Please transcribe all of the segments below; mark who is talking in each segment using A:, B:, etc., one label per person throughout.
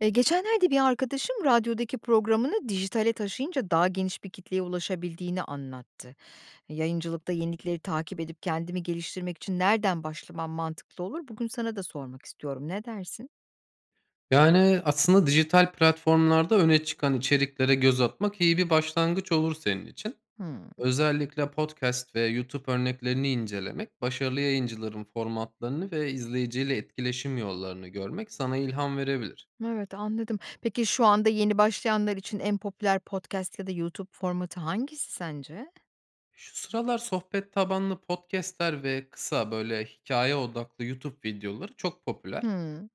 A: Geçenlerde bir arkadaşım radyodaki programını dijitale taşıyınca daha geniş bir kitleye ulaşabildiğini anlattı. Yayıncılıkta yenilikleri takip edip kendimi geliştirmek için nereden başlamam mantıklı olur? Bugün sana da sormak istiyorum. Ne dersin?
B: Yani, aslında dijital platformlarda öne çıkan içeriklere göz atmak iyi bir başlangıç olur senin için.
A: Hımm.
B: Özellikle podcast ve YouTube örneklerini incelemek, başarılı yayıncıların formatlarını ve izleyiciyle etkileşim yollarını görmek sana ilham verebilir.
A: Evet, anladım. Peki şu anda yeni başlayanlar için en popüler podcast ya da YouTube formatı hangisi sence?
B: Şu sıralar sohbet tabanlı podcast'ler ve kısa, böyle, hikaye odaklı YouTube videoları çok popüler.
A: Hımm.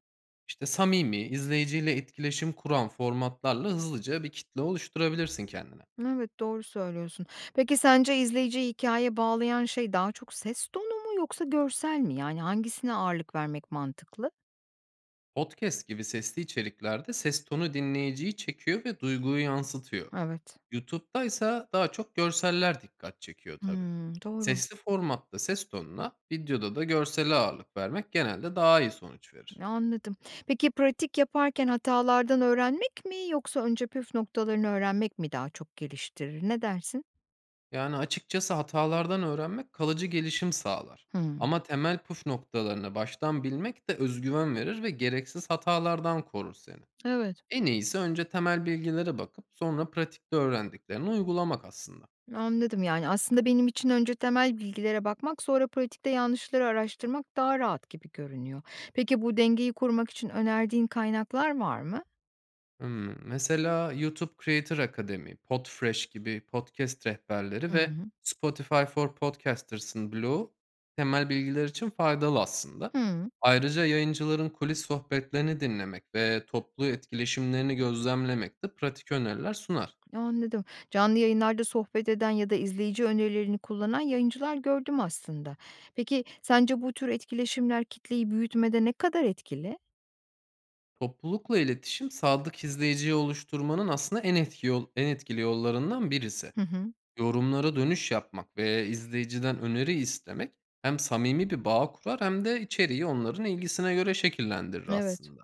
B: İşte, samimi, izleyiciyle etkileşim kuran formatlarla hızlıca bir kitle oluşturabilirsin kendine.
A: Evet, doğru söylüyorsun. Peki sence izleyiciyi hikâyeye bağlayan şey daha çok ses tonu mu yoksa görsel mi? Yani hangisine ağırlık vermek mantıklı?
B: Podcast gibi sesli içeriklerde ses tonu dinleyiciyi çekiyor ve duyguyu yansıtıyor.
A: Evet.
B: YouTube'da ise daha çok görseller dikkat çekiyor tabii.
A: Hımm, doğru.
B: Sesli formatta ses tonuna, videoda da görsele ağırlık vermek genelde daha iyi sonuç verir.
A: Anladım. Peki pratik yaparken hatalardan öğrenmek mi yoksa önce püf noktalarını öğrenmek mi daha çok geliştirir? Ne dersin?
B: Yani açıkçası hatalardan öğrenmek kalıcı gelişim sağlar.
A: Hımm.
B: Ama temel püf noktalarını baştan bilmek de özgüven verir ve gereksiz hatalardan korur seni.
A: Evet.
B: En iyisi önce temel bilgilere bakıp sonra pratikte öğrendiklerini uygulamak aslında.
A: Anladım. Yani, aslında benim için önce temel bilgilere bakmak, sonra pratikte yanlışları araştırmak daha rahat gibi görünüyor. Peki bu dengeyi kurmak için önerdiğin kaynaklar var mı?
B: Hımm. Mesela YouTube Creator Akademi, Podfresh gibi podcast rehberleri
A: Hı
B: ve
A: hı.
B: Spotify for Podcasters'ın bloğu temel bilgiler için faydalı aslında.
A: Hıı.
B: Ayrıca yayıncıların kulis sohbetlerini dinlemek ve toplu etkileşimlerini gözlemlemek de pratik öneriler sunar.
A: Anladım. Canlı yayınlarda sohbet eden ya da izleyici önerilerini kullanan yayıncılar gördüm aslında. Peki sence bu tür etkileşimler kitleyi büyütmede ne kadar etkili?
B: Toplulukla iletişim sadık izleyiciyi oluşturmanın aslında en etkili yollarından birisi.
A: Hı hı.
B: Yorumlara dönüş yapmak ve izleyiciden öneri istemek hem samimi bir bağ kurar hem de içeriği onların ilgisine göre şekillendirir
A: Evet.
B: aslında.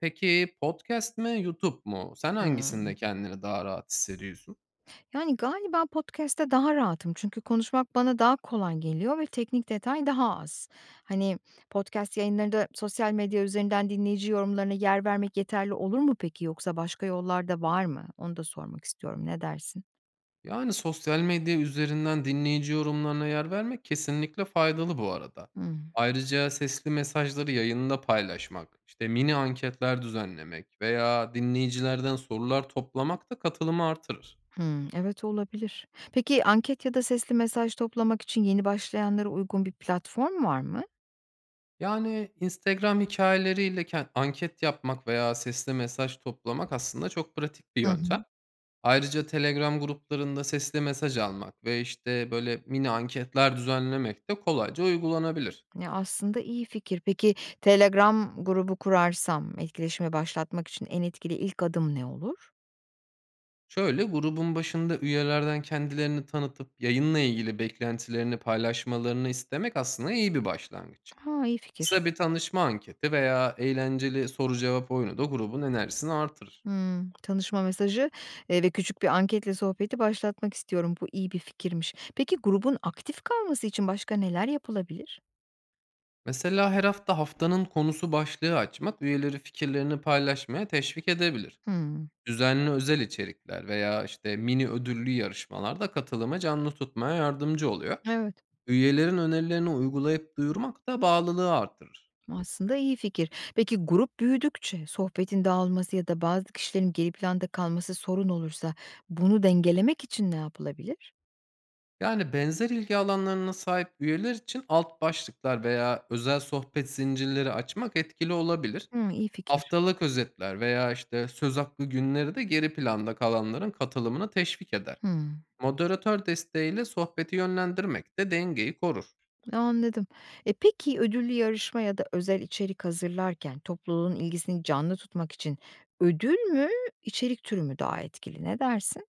B: Peki podcast mi, YouTube mu? Sen
A: Hıı.
B: hangisinde kendini daha rahat hissediyorsun?
A: Yani galiba podcast'te daha rahatım çünkü konuşmak bana daha kolay geliyor ve teknik detay daha az. Hani podcast yayınlarında sosyal medya üzerinden dinleyici yorumlarına yer vermek yeterli olur mu peki yoksa başka yollar da var mı? Onu da sormak istiyorum. Ne dersin?
B: Yani sosyal medya üzerinden dinleyici yorumlarına yer vermek kesinlikle faydalı bu arada.
A: Hı.
B: Ayrıca sesli mesajları yayında paylaşmak, işte mini anketler düzenlemek veya dinleyicilerden sorular toplamak da katılımı artırır.
A: Hımm, evet, olabilir. Peki, anket ya da sesli mesaj toplamak için yeni başlayanlara uygun bir platform var mı?
B: Yani, Instagram hikayeleriyle anket yapmak veya sesli mesaj toplamak aslında çok pratik bir
A: Hı
B: yöntem.
A: hı.
B: Ayrıca Telegram gruplarında sesli mesaj almak ve, işte, böyle mini anketler düzenlemek de kolayca uygulanabilir.
A: Ya, aslında iyi fikir. Peki, Telegram grubu kurarsam etkileşime başlatmak için en etkili ilk adım ne olur?
B: Şöyle, grubun başında üyelerden kendilerini tanıtıp yayınla ilgili beklentilerini paylaşmalarını istemek aslında iyi bir başlangıç.
A: Ha, iyi fikir.
B: Kısa bir tanışma anketi veya eğlenceli soru cevap oyunu da grubun enerjisini artırır.
A: Hımm, tanışma mesajı, ve küçük bir anketle sohbeti başlatmak istiyorum. Bu iyi bir fikirmiş. Peki, grubun aktif kalması için başka neler yapılabilir?
B: Mesela her hafta haftanın konusu başlığı açmak üyeleri fikirlerini paylaşmaya teşvik edebilir.
A: Hımm,
B: Düzenli özel içerikler veya işte mini ödüllü yarışmalarda katılımı canlı tutmaya yardımcı oluyor.
A: evet.
B: Üyelerin önerilerini uygulayıp duyurmak da bağlılığı artırır.
A: Aslında iyi fikir. Peki grup büyüdükçe sohbetin dağılması ya da bazı kişilerin geri planda kalması sorun olursa bunu dengelemek için ne yapılabilir?
B: Yani benzer ilgi alanlarına sahip üyeler için alt başlıklar veya özel sohbet zincirleri açmak etkili olabilir.
A: Hı, iyi fikir.
B: Haftalık özetler veya işte söz hakkı günleri de geri planda kalanların katılımını teşvik eder.
A: Hı,
B: Moderatör desteğiyle sohbeti yönlendirmek de dengeyi korur.
A: anladım. E peki ödüllü yarışma ya da özel içerik hazırlarken topluluğun ilgisini canlı tutmak için ödül mü, içerik türü mü daha etkili? Ne dersin?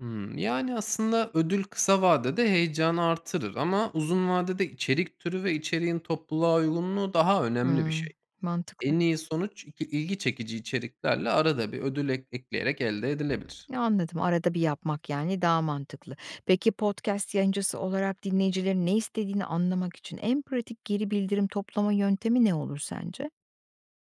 B: Yani aslında ödül kısa vadede heyecanı artırır ama uzun vadede içerik türü ve içeriğin topluluğa uygunluğu daha
A: Hı,
B: önemli bir şey.
A: mantıklı.
B: En iyi sonuç ilgi çekici içeriklerle arada bir ödül ekleyerek elde edilebilir.
A: Anladım. Arada bir yapmak, yani, daha mantıklı. Peki podcast yayıncısı olarak dinleyicilerin ne istediğini anlamak için en pratik geri bildirim toplama yöntemi ne olur sence?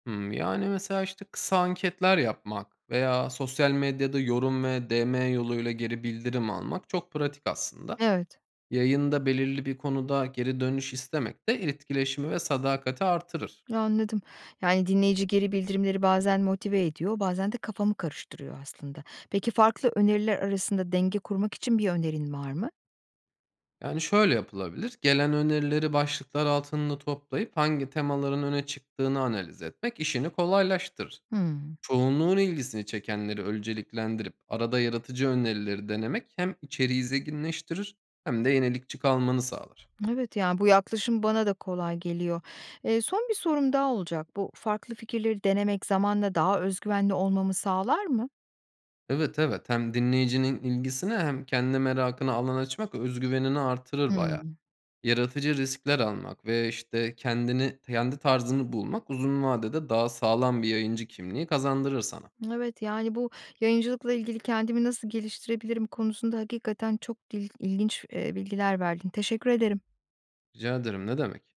B: Yani mesela işte kısa anketler yapmak veya sosyal medyada yorum ve DM yoluyla geri bildirim almak çok pratik aslında.
A: Evet,
B: Yayında belirli bir konuda geri dönüş istemek de etkileşimi ve sadakati artırır.
A: anladım. Yani, dinleyici geri bildirimleri bazen motive ediyor, bazen de kafamı karıştırıyor aslında. Peki farklı öneriler arasında denge kurmak için bir önerin var mı?
B: Yani şöyle yapılabilir. Gelen önerileri başlıklar altında toplayıp hangi temaların öne çıktığını analiz etmek işini kolaylaştırır.
A: Hımm.
B: Çoğunluğun ilgisini çekenleri önceliklendirip arada yaratıcı önerileri denemek hem içeriği zenginleştirir hem de yenilikçi kalmanı sağlar.
A: Evet, yani, bu yaklaşım bana da kolay geliyor. Son bir sorum daha olacak. Bu farklı fikirleri denemek zamanla daha özgüvenli olmamı sağlar mı?
B: Evet, evet, hem dinleyicinin ilgisini hem kendi merakını alan açmak özgüvenini artırır bayağı.
A: Hımm.
B: Yaratıcı riskler almak ve, işte, kendi tarzını bulmak uzun vadede daha sağlam bir yayıncı kimliği kazandırır sana.
A: Evet, yani, bu yayıncılıkla ilgili kendimi nasıl geliştirebilirim konusunda hakikaten çok ilginç, bilgiler verdin. Teşekkür ederim.
B: Rica ederim, ne demek.